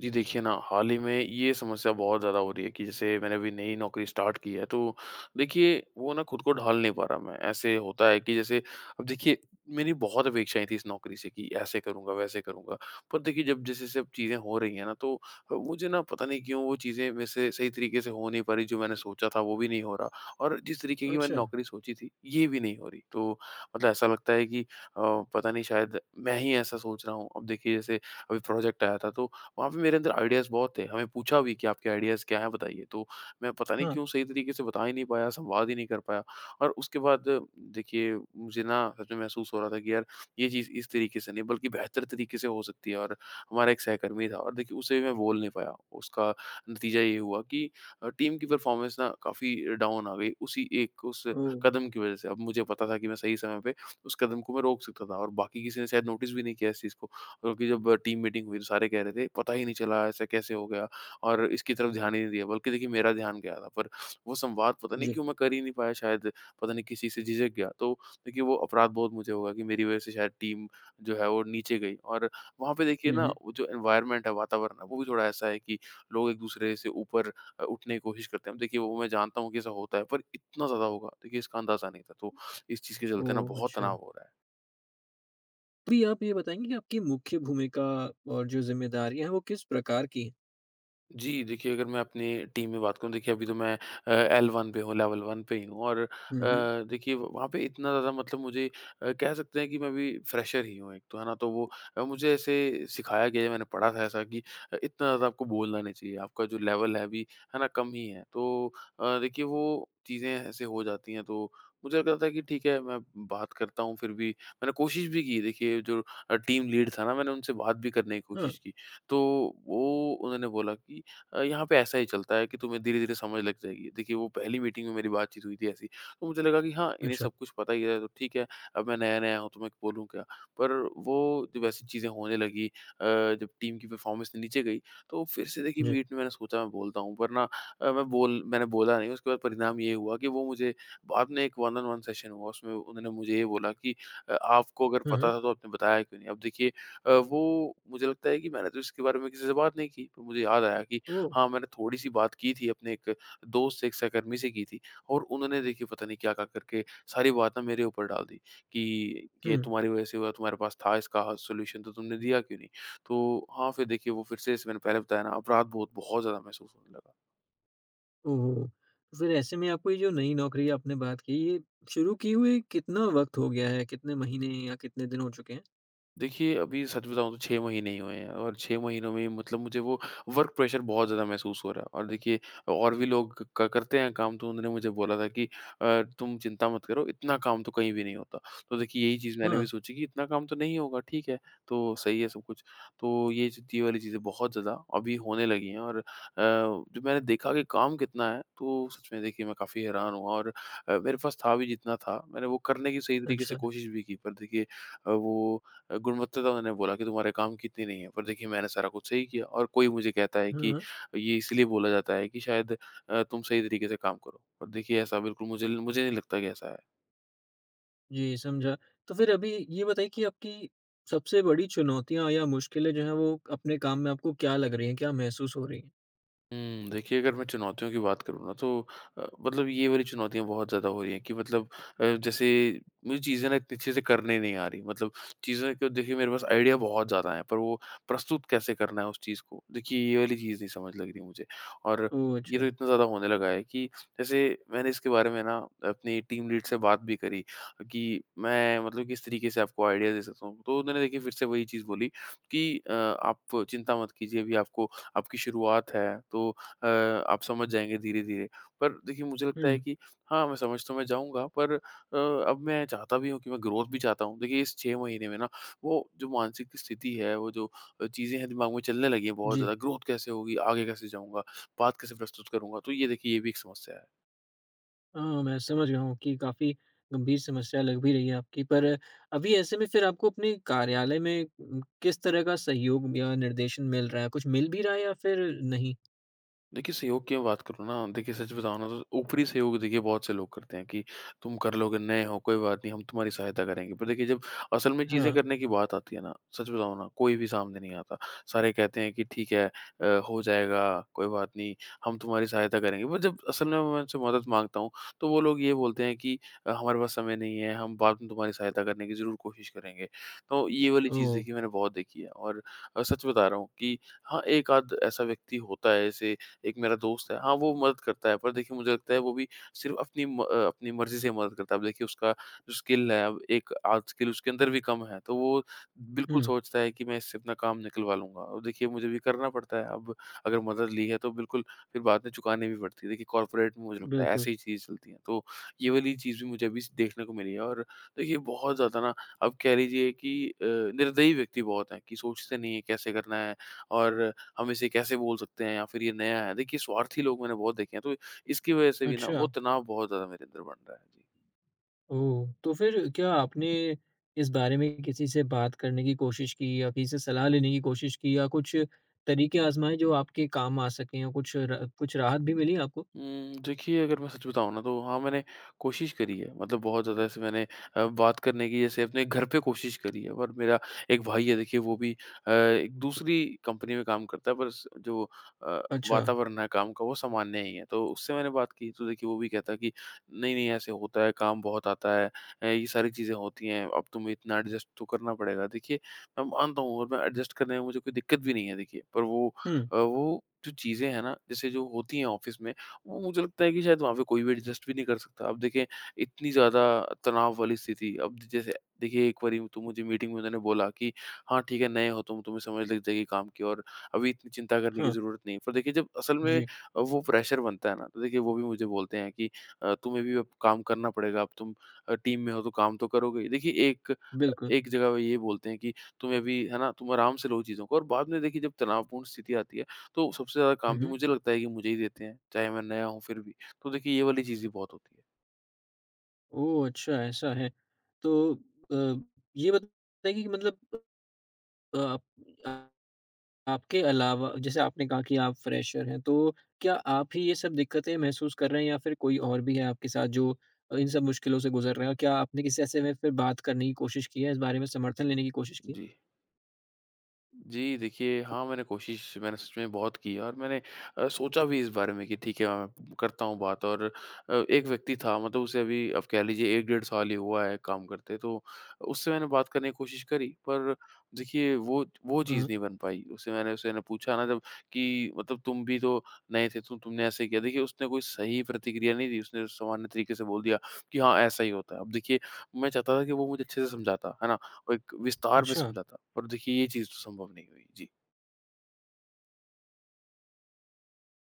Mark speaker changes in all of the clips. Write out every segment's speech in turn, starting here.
Speaker 1: जी देखिए ना, हाल ही में ये समस्या बहुत ज़्यादा हो रही है कि जैसे मैंने अभी नई नौकरी स्टार्ट की है तो देखिए वो ना खुद को ढाल नहीं पा रहा मैं। ऐसे होता है कि जैसे अब देखिए मेरी बहुत अपेक्षाएँ थी इस नौकरी से कि ऐसे करूँगा, वैसे करूँगा। पर देखिए जब जैसे-जैसे अब चीज़ें हो रही हैं ना तो मुझे ना पता नहीं क्यों वो चीज़ें मेरे से सही तरीके से हो नहीं पा रही, जो मैंने सोचा था वो भी नहीं हो रहा और जिस तरीके की मैंने
Speaker 2: अच्छा,
Speaker 1: नौकरी सोची थी, ये भी नहीं हो रही। तो मतलब ऐसा लगता है कि पता नहीं शायद मैं ही ऐसा सोच रहा हूँ। अब देखिए जैसे अभी प्रोजेक्ट आया था तो वहाँ पे मेरे अंदर आइडियाज़ बहुत थे। हमें पूछा भी कि आपके आइडियाज़ क्या हैं बताइए? तो मैं पता नहीं
Speaker 2: हाँ।
Speaker 1: क्यों सही तरीके से बता ही नहीं पाया, संवाद ही नहीं कर पाया। और उसके बाद देखिए मुझे ना सच में महसूस हो रहा था कि यार ये चीज़ इस तरीके से नहीं बल्कि बेहतर तरीके से हो सकती है, और हमारा एक सहकर्मी था और देखिए उसे मैं बोल नहीं पाया। उसका नतीजा ये हुआ कि टीम की परफ़ॉर्मेंस ना काफ़ी डाउन आ गई उसी एक उस
Speaker 2: ओह!
Speaker 1: कदम की वज़ह से। अब मुझे पता था कि मैं सही समय पे उस कदम को मैं रोक सकता था, और बाकी किसी ने शायद नोटिस भी नहीं किया इस चीज़ को। क्योंकि जब टीम मीटिंग हुई तो सारे कह रहे थे पता ही नहीं चला ऐसा कैसे हो गया, और इसकी तरफ ध्यान ही नहीं दिया, बल्कि देखिए मेरा ध्यान गया था पर वो संवाद पता नहीं
Speaker 2: जी।
Speaker 1: क्यों मैं कर ही नहीं पाया, शायद पता नहीं किसी से झिझक गया। तो देखिए वो अपराध बोध मुझे होगा कि मेरी वजह से शायद टीम जो है वो नीचे गई। और वहाँ पे देखिए
Speaker 2: हुँ,
Speaker 1: ना,
Speaker 2: हुँ।
Speaker 1: वो जो एनवायरनमेंट है, वातावरण है, वो भी थोड़ा ऐसा है कि लोग एक दूसरे से ऊपर उठने की कोशिश करते हैं। देखिए वो मैं जानता हूँ कि ऐसा होता है, पर इतना ज़्यादा होगा देखिए इसका अंदाज़ा नहीं था। तो इस चीज़ के चलते ना
Speaker 2: ओह!
Speaker 1: बहुत
Speaker 2: अच्छा।
Speaker 1: तनाव हो रहा है।
Speaker 2: तो ये आप ये बताएँगे कि आपकी मुख्य भूमिका और जो ज़िम्मेदारियाँ हैं वो किस प्रकार की हैं?
Speaker 1: जी, देखिए अगर मैं अपनी टीम में बात करूँ, देखिए अभी तो मैं एल1 पे हूँ, लेवल 1 पे ही हूँ। और
Speaker 2: हुँ, हुँ।
Speaker 1: देखिए वहाँ पे इतना ज़्यादा मतलब मुझे कह सकते हैं कि मैं अभी फ्रेशर ही हूँ एक तो, है ना? तो वो मुझे ऐसे सिखाया गया है, मैंने पढ़ा था ऐसा कि इतना ज़्यादा आपको बोलना नहीं चाहिए, आपका जो लेवल है अभी, है ना? कम ही है। तो देखिए वो चीज़ें ऐसे हो जाती हैं। तो मुझे लग रहा था कि ठीक है मैं बात करता हूँ, फिर भी मैंने कोशिश भी की। देखिए जो टीम लीड था ना, मैंने उनसे बात भी करने की
Speaker 2: हाँ,
Speaker 1: कोशिश की। तो वो उन्होंने बोला कि यहाँ पे ऐसा ही चलता है कि तुम्हें धीरे-धीरे समझ लग जाएगी। देखिए वो पहली मीटिंग में मेरी बातचीत हुई थी ऐसी, तो मुझे लगा कि हाँ, इन्हें
Speaker 2: अच्छा।
Speaker 1: सब कुछ पता ही है तो ठीक है, अब मैं नया-नया हूँ तो मैं बोलूँ क्या? पर वो जब ऐसी चीज़ें होने लगी जब टीम की परफॉर्मेंस नीचे गई, तो फिर से देखिए
Speaker 2: जी।
Speaker 1: मीट में मैंने सोचा मैं बोलता हूँ पर ना, मैंने बोला नहीं। उसके बाद परिणाम ये हुआ कि वो मुझे बाद में एक वन ऑन वन सेशन हुआ, उसमें उन्होंने मुझे ये बोला कि "आपको अगर
Speaker 2: हुँ, हुँ।
Speaker 1: पता था तो आपने बताया क्यों नहीं?" अब देखिए वो मुझे लगता है कि मैंने तो इसके बारे में किसी से बात नहीं की, पर मुझे याद आया कि
Speaker 2: ओह!
Speaker 1: हाँ, मैंने थोड़ी-सी बात की थी अपने एक दोस्त से, एक सहकर्मी से की थी, और उन्होंने देखिए पता नहीं क्या-क्या करके सारी बात ना मेरे ऊपर डाल दी कि, "ये
Speaker 2: हुँ।
Speaker 1: तुम्हारी वज़ह से हुआ, तुम्हारे पास था इसका सॉल्यूशन तो तुमने दिया क्यों नहीं?" तो हाँ, फिर देखिए वो फिर से, जैसे मैंने पहले बताया ना, अपराध-बोध बहुत बहुत ज़्यादा महसूस होने लगा।
Speaker 2: ओह! फिर ऐसे में आपको ये जो नई नौकरी आपने बात की ये शुरू किए हुए कितना वक़्त हो गया है? कितने महीने या कितने दिन हो चुके हैं?
Speaker 1: देखिए, अभी सच बताऊँ तो 6 महीने ही हुए हैं, और 6 महीनों में मतलब मुझे वो वर्क प्रेशर बहुत ज़्यादा महसूस हो रहा है। और देखिए और भी लोग क करते हैं काम, तो उन्होंने मुझे बोला था कि "तुम चिंता मत करो, इतना काम तो कहीं भी नहीं होता।" तो देखिए यही चीज़ मैंने भी
Speaker 2: हाँ,
Speaker 1: सोची कि इतना काम तो नहीं होगा, ठीक है, तो सही है सब कुछ। तो ये वाली चीज़ें बहुत ज़्यादा अभी होने लगी हैं। और जब मैंने देखा कि काम कितना है, तो सच में देखिए मैं काफ़ी हैरान हुआ। और मेरे पास था भी जितना था, मैंने वो करने की सही तरीके से
Speaker 2: अच्छा।
Speaker 1: कोशिश भी की, पर देखिए वो गुणवत्ता तो उन्होंने बोला कि तुम्हारे काम की इतनी नहीं है। पर देखिए मैंने सारा कुछ सही किया, और कोई मुझे कहता है
Speaker 2: हाँ,
Speaker 1: कि
Speaker 2: हाँ।
Speaker 1: ये इसलिए बोला जाता है कि शायद तुम सही तरीके से काम करो। पर देखिए ऐसा बिल्कुल मुझे मुझे नहीं लगता कि ऐसा है।
Speaker 2: जी, समझा। तो फिर अभी ये बताइए कि आपकी सबसे बड़ी चुनौतियाँ या मुश्किलें जो हैं वो अपने काम में आपको क्या लग रही हैं? क्या महसूस हो रही हैं?
Speaker 1: हुँ, देखिए अगर मैं चुनौतियों की बात करूँ ना, तो मतलब ये वाली चुनौतियाँ बहुत ज़्यादा हो रही हैं कि मतलब जैसे मुझे चीज़ें ना इतनी अच्छे से करने नहीं आ रही। मतलब चीज़ें को देखिए मेरे पास आइडिया बहुत ज़्यादा है, पर वो प्रस्तुत कैसे करना है उस चीज़ को, देखिए ये वाली चीज़ नहीं समझ लग रही मुझे। और
Speaker 2: ओह!
Speaker 1: ये तो
Speaker 2: अच्छा।
Speaker 1: इतना ज़्यादा होने लगा है कि जैसे मैंने इसके बारे में ना अपनी टीम लीड से बात भी करी कि मैं मतलब किस तरीके से आपको आइडिया दे सकता हूँ। तो उन्होंने देखिए फिर से वही चीज़ बोली कि आप चिंता मत कीजिए, अभी आपको, आपकी शुरुआत है, तो आप समझ जाएँगे धीरे-धीरे। पर देखिए मुझे लगता है
Speaker 2: हुँ।
Speaker 1: कि हाँ, मैं समझ तो मैं जाऊँगा, पर अब मैं चाहता भी हूँ कि मैं ग्रोथ भी चाहता हूँ। देखिए इस 6 महीने में ना, वो जो मानसिक स्थिति है, वो जो चीज़ें हैं दिमाग में चलने लगी हैं बहुत
Speaker 2: जी।
Speaker 1: ज़्यादा, ग्रोथ कैसे होगी, आगे कैसे जाऊँगा, बात कैसे प्रस्तुत करूँगा? तो ये देखिए ये भी एक समस्या है।
Speaker 2: मैं समझ गया हूँ कि काफ़ी गंभीर समस्या लग भी रही है आपकी। पर अभी ऐसे में फिर आपको अपने कार्यालय में किस तरह का सहयोग या निर्देशन मिल रहा है? कुछ मिल भी रहा है या फिर नहीं?
Speaker 1: देखिए, सहयोग की मैं बात करूँ ना, देखिए सच बताऊँ ना, तो ऊपरी सहयोग देखिए बहुत से लोग करते हैं कि तुम कर लोगे, नए हो कोई बात नहीं, हम तुम्हारी सहायता करेंगे। पर देखिए जब असल में चीज़ें
Speaker 2: हाँ।
Speaker 1: करने की बात आती है ना, सच बताऊँ ना, कोई भी सामने नहीं आता। सारे कहते हैं कि ठीक है, हो जाएगा, कोई बात नहीं, हम तुम्हारी सहायता करेंगे। पर जब असल में मैं उनसे मदद माँगता हूँ, तो वो लोग ये बोलते हैं कि हमारे पास समय नहीं है, हम बाद में तुम्हारी सहायता करने की ज़रूर कोशिश करेंगे। तो ये वाली चीज़
Speaker 2: ओह!
Speaker 1: देखिए मैंने बहुत देखी है। और सच बता रहा हूँ कि हाँ, एक आध ऐसा व्यक्ति होता है, जैसे एक मेरा दोस्त है, हाँ, वो मदद करता है। पर देखिए मुझे लगता है वो भी सिर्फ़ अपनी अपनी मर्ज़ी से मदद करता है। अब देखिए उसका जो स्किल है, अब एक आर्ट स्किल उसके अंदर भी कम है, तो वो बिल्कुल
Speaker 2: हुँ,
Speaker 1: सोचता है कि मैं इससे अपना काम निकलवा लूँगा। और देखिए मुझे भी करना पड़ता है, अब अगर मदद ली है तो बिल्कुल फिर बाद में चुकानी भी पड़ती है। देखिए कॉर्पोरेट में मुझे लगता है
Speaker 2: बिल्कुल।
Speaker 1: ऐसी ही चीज़ चलती है, तो ये वाली चीज़ भी मुझे अभी स देखने को मिली है। और देखिए बहुत ज़्यादा ना, अब कह लीजिए कि निर्दयी व्यक्ति बहुत हैं कि सोचते नहीं है कैसे करना है, और हम इसे कैसे बोल सकते हैं, या फिर ये नया है। देखिए स्वार्थी लोग मैंने बहुत देखे हैं, तो इसकी वजह से भी ना वो
Speaker 2: अच्छा।
Speaker 1: तनाव बहुत ज़्यादा मेरे अंदर बन रहा है। जी।
Speaker 2: ओह! तो फिर क्या आपने इस बारे में किसी से बात करने की कोशिश की या किसी से सलाह लेने की कोशिश की या कुछ तरीके आज़माए जो आपके काम आ सकें? या कुछ राहत भी मिली आपको?
Speaker 1: देखिए अगर मैं सच बताऊँ ना, तो हाँ, मैंने कोशिश करी है। मतलब बहुत ज़्यादा ऐसे मैंने बात करने की जैसे अपने घर पे कोशिश करी है। और मेरा एक भाई है, देखिए वो भी एक दूसरी कंपनी में काम करता है, पर स जो अ,
Speaker 2: अच्छा।
Speaker 1: वातावरण है काम का वो सामान्य ही है। तो उससे मैंने बात की, तो देखिए वो भी कहता है कि नहीं, नहीं ऐसे होता है, काम बहुत आता है। ये सारी चीज़ें होती हैं, अब तुम्हें इतना एडजस्ट तो करना पड़ेगा। देखिए मैं मानता हूँ, और मैं एडजस्ट करने में मुझे कोई दिक्कत भी नहीं है देखिए। पर वो
Speaker 2: हुँ।
Speaker 1: वो जो चीज़ें हैं ना, जैसे जो होती हैं ऑफ़िस में, वो मुझे लगता है कि शायद वहाँ पे कोई भी एडजस्ट भी नहीं कर सकता। अब देखें इतनी ज़्यादा तनाव वाली स्थिति, अब जैसे देखिए एक बारी तो मुझे मीटिंग में उन्होंने बोला कि हाँ, ठीक है नए हो तुम, तुम्हें समझ लग जाएगी काम की, और अभी इतनी चिंता करने की
Speaker 2: हाँ।
Speaker 1: ज़रूरत नहीं है। पर देखिए जब असल में
Speaker 2: जी।
Speaker 1: वो प्रेशर बनता है ना, तो देखिए वो भी मुझे बोलते हैं कि तुम्हें भी अब काम करना पड़ेगा, अब तुम टीम में हो तो काम तो करोगे ही। देखिए एक
Speaker 2: बिल्कुल।
Speaker 1: एक जगह वो ये बोलते हैं कि तुम्हें अभी है ना, तुम आराम से लो चीज़ों को, और बाद में देखिए जब तनावपूर्ण स्थिति आती है, तो सबसे ज़्यादा काम
Speaker 2: हुँ,
Speaker 1: भी
Speaker 2: हुँ।
Speaker 1: मुझे लगता है कि मुझे ही देते हैं, चाहे मैं नया हूँ फिर भी। तो देखिए ये वाली चीज़ें बहुत होती है।
Speaker 2: ओह! अच्छा, ऐसा है। तो अ, ये बताइए कि मतलब आप अ, आपके अलावा जैसे आपने कहा कि आप फ्रेशर हैं, तो क्या आप ही ये सब दिक्कतें महसूस कर रहे हैं या फिर कोई और भी है आपके साथ जो इन सब मुश्किलों से गुज़र रहा है? और क्या आपने किसी ऐसे में फिर बात करने की कोशिश की है, इस बारे में समर्थन लेने की कोशिश की है?
Speaker 1: जी। जी, देखिए हाँ, मैंने सच में बहुत की है। और मैंने सोचा भी इस बारे में कि ठीक है मैं करता हूँ बात। और एक व्यक्ति था, मतलब उसे अभी आप कह लीजिए 1 डेढ़ साल ही हुआ है काम करते, तो उससे मैंने बात करने की कोशिश करी, पर देखिए वो
Speaker 2: हाँ,
Speaker 1: चीज़
Speaker 2: हाँ।
Speaker 1: नहीं बन पाई। उससे मैंने उसे ना पूछा ना, जब कि मतलब तुम भी तो नए थे, तो तुमने ऐसे किया। देखिए उसने कोई सही प्रतिक्रिया नहीं दी, उसने सामान्य तरीके से बोल दिया कि हाँ, ऐसा ही होता है। अब देखिए मैं चाहता था कि वो मुझे अच्छे से समझाता, है ना? एक विस्तार में
Speaker 2: अच्छा।
Speaker 1: समझाता, और देखिए ये चीज़ तो संभव नहीं हुई। जी।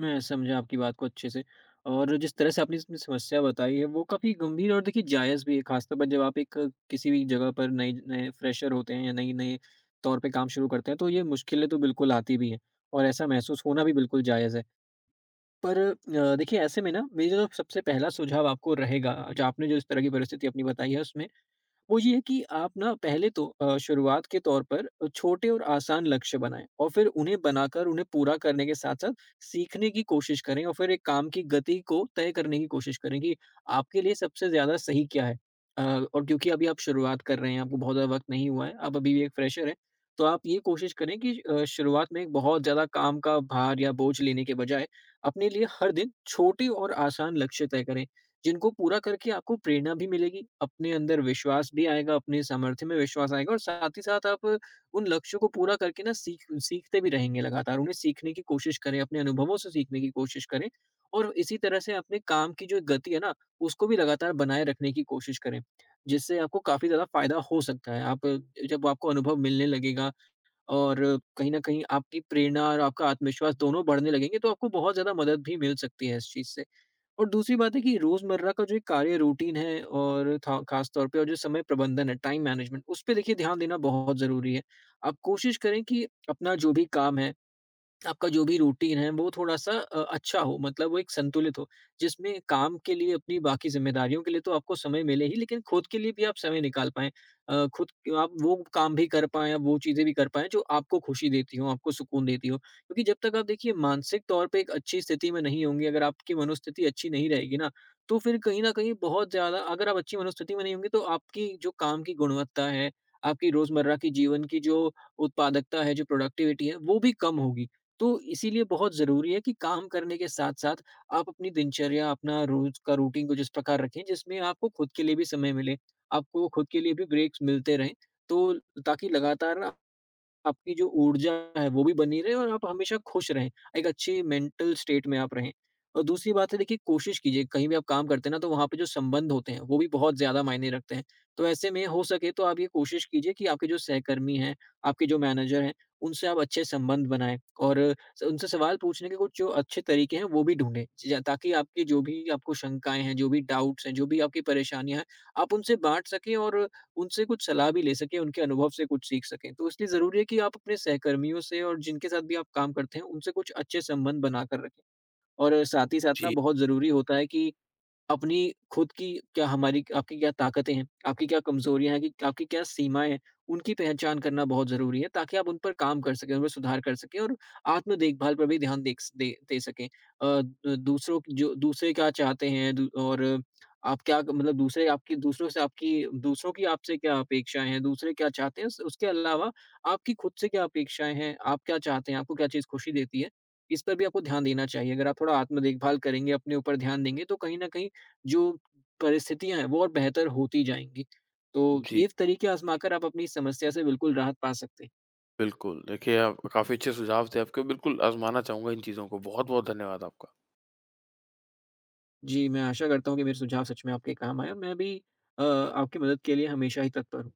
Speaker 2: मैं समझा आपकी बात को अच्छे से और जिस तरह से आपने इसमें समस्या बताई है वो काफ़ी गंभीर और देखिए जायज़ भी है, खासतौर पर जब आप एक किसी भी जगह पर नए नए फ्रेशर होते हैं या नई नए तौर पे काम शुरू करते हैं, तो ये मुश्किलें तो बिल्कुल आती भी हैं और ऐसा महसूस होना भी बिल्कुल जायज़ है। पर देखिए ऐसे में ना मेरा जो सबसे पहला सुझाव आपको रहेगा, जो आपने जो इस तरह की परिस्थिति अपनी बताई है उसमें, वो ये है कि आप ना पहले तो शुरुआत के तौर पर छोटे और आसान लक्ष्य बनाएं और फिर उन्हें बनाकर उन्हें पूरा करने के साथ साथ सीखने की कोशिश करें और फिर एक काम की गति को तय करने की कोशिश करें कि आपके लिए सबसे ज्यादा सही क्या है। अ, और क्योंकि अभी आप शुरुआत कर रहे हैं, आपको बहुत ज्यादा वक्त नहीं हुआ है, आप अभी भी एक फ्रेशर हैं, तो आप ये कोशिश करें कि शुरुआत में एक बहुत ज्यादा काम का भार या बोझ लेने के बजाय अपने लिए हर दिन छोटे और आसान लक्ष्य तय करें, जिनको पूरा करके आपको प्रेरणा भी मिलेगी, अपने अंदर विश्वास भी आएगा, अपने सामर्थ्य में विश्वास आएगा और साथ ही साथ आप उन लक्ष्यों को पूरा करके ना सीखते भी रहेंगे लगातार। उन्हें सीखने की कोशिश करें, अपने अनुभवों से सीखने की कोशिश करें और इसी तरह से अपने काम की जो गति है ना, उसको भी लगातार बनाए रखने की कोशिश करें, जिससे आपको काफ़ी ज़्यादा फ़ायदा हो सकता है। आप जब आपको अनुभव मिलने लगेगा और कहीं न कहीं आपकी प्रेरणा और आपका आत्मविश्वास दोनों बढ़ने लगेंगे, तो आपको बहुत ज़्यादा मदद भी मिल सकती है इस चीज़ से। और दूसरी बात है कि रोज़मर्रा का जो एक कार्य रूटीन है और था ख़ास तौर पे, और जो समय प्रबंधन है, टाइम मैनेजमेंट, उस पे देखिए ध्यान देना बहुत ज़रूरी है। आप कोशिश करें कि अपना जो भी काम है, आपका जो भी रूटीन है वो थोड़ा-सा अच्छा हो, मतलब वो एक संतुलित हो, जिसमें काम के लिए, अपनी बाकी ज़िम्मेदारियों के लिए तो आपको समय मिले ही, लेकिन खुद के लिए भी आप समय निकाल पाएँ। आप वो काम भी कर पाएँ, आप वो चीज़ें भी कर पाएँ जो आपको खुशी देती हों, आपको सुकून देती हों। क्योंकि जब तक आप देखिए मानसिक तौर पे एक अच्छी स्थिति में नहीं होंगे, अगर आपकी मनोस्थिति अच्छी नहीं रहेगी ना, तो फिर कहीं न कहीं बहुत ज़्यादा, अगर आप अच्छी मनोस्थिति में नहीं होंगे तो आपकी जो काम की गुणवत्ता है, आपकी रोज़मर्रा की जीवन की जो उत्पादकता है, जो प्रोडक्टिविटी है, वो भी कम होगी। तो इसीलिए बहुत ज़रूरी है कि काम करने के साथ-साथ आप अपनी दिनचर्या, अपना रोज़ का रूटीन कुछ इस प्रकार रखें जिसमें आपको खुद के लिए भी समय मिले, आपको खुद के लिए भी ब्रेक्स मिलते रहें। तो ताकि लगातार आपकी जो ऊर्जा है वो भी बनी रहे और आप हमेशा खुश रहें। एक अच्छी मेंटल स्टेट में आप रहें। और दूसरी बात है, देखिए कोशिश कीजिए कहीं भी आप काम करते हैं ना, तो वहाँ पे जो संबंध होते हैं वो भी बहुत ज़्यादा मायने रखते हैं। तो ऐसे में हो सके तो आप ये कोशिश कीजिए कि आपके जो सहकर्मी हैं, आपके जो मैनेजर हैं, उनसे आप अच्छे संबंध बनाएँ और स उनसे सवाल पूछने के कुछ जो अच्छे तरीके हैं वो भी ढूँढें। ज ताकि आपकी जो भी आपको शंकाएँ हैं, जो भी डाउट्स हैं, जो भी आपकी परेशानियाँ हैं, आप उनसे बाँट सकें और उनसे कुछ सलाह भी ले सकें, उनके अनुभव से कुछ सीख सकें। तो इसलिए ज़रूरी है कि आप अपने सहकर्मियों से और जिनके साथ भी आप काम करते हैं, उनसे कुछ अच्छे संबंध बनाकर रखें। और साथ ही साथ ना
Speaker 1: जी।
Speaker 2: बहुत ज़रूरी होता है कि अपनी खुद की क्या, हमारी आपकी क्या ताकतें हैं, आपकी क्या कमज़ोरियाँ हैं, कि आपकी क्या सीमाएँ हैं, उनकी पहचान करना बहुत ज़रूरी है ताकि आप उन पर काम कर सकें, उन पर सुधार कर सकें और आत्म देखभाल पर भी ध्यान देक स दे दे सकें। अ, द दूसरों की जो, दूसरे क्या चाहते हैं, दू और आप क्या मतलब दूसरे आपकी दूसरों से आपकी दूसरों की आपसे क्या अपेक्षाएँ हैं, दूसरे क्या चाहते हैं, उस उसके अलावा आपकी खुद से क्या अपेक्षाएँ हैं, आप क्या चाहते हैं, आपको क्या चीज़ खुशी देती है, इस पर भी आपको ध्यान देना चाहिए। अगर आप थोड़ा आत्म देखभाल करेंगे, अपने ऊपर ध्यान देंगे, तो कहीं न कहीं जो परिस्थितियाँ हैं वो और बेहतर होती जाएँगी। तो
Speaker 1: जी,
Speaker 2: ये तरीके आज़माकर आप अपनी समस्या से बिल्कुल राहत पा सकते हैं।
Speaker 1: बिल्कुल। देखिए आप काफ़ी अच्छे सुझाव थे आपके, बिल्कुल आज़माना चाहूँगा इन चीज़ों को। बहुत-बहुत धन्यवाद आपका।
Speaker 2: जी, मैं आशा करता हूँ कि मेरे सुझाव सच में आपके काम आए और मैं भी आपकी मदद के लिए हमेशा ही तत्पर हूँ।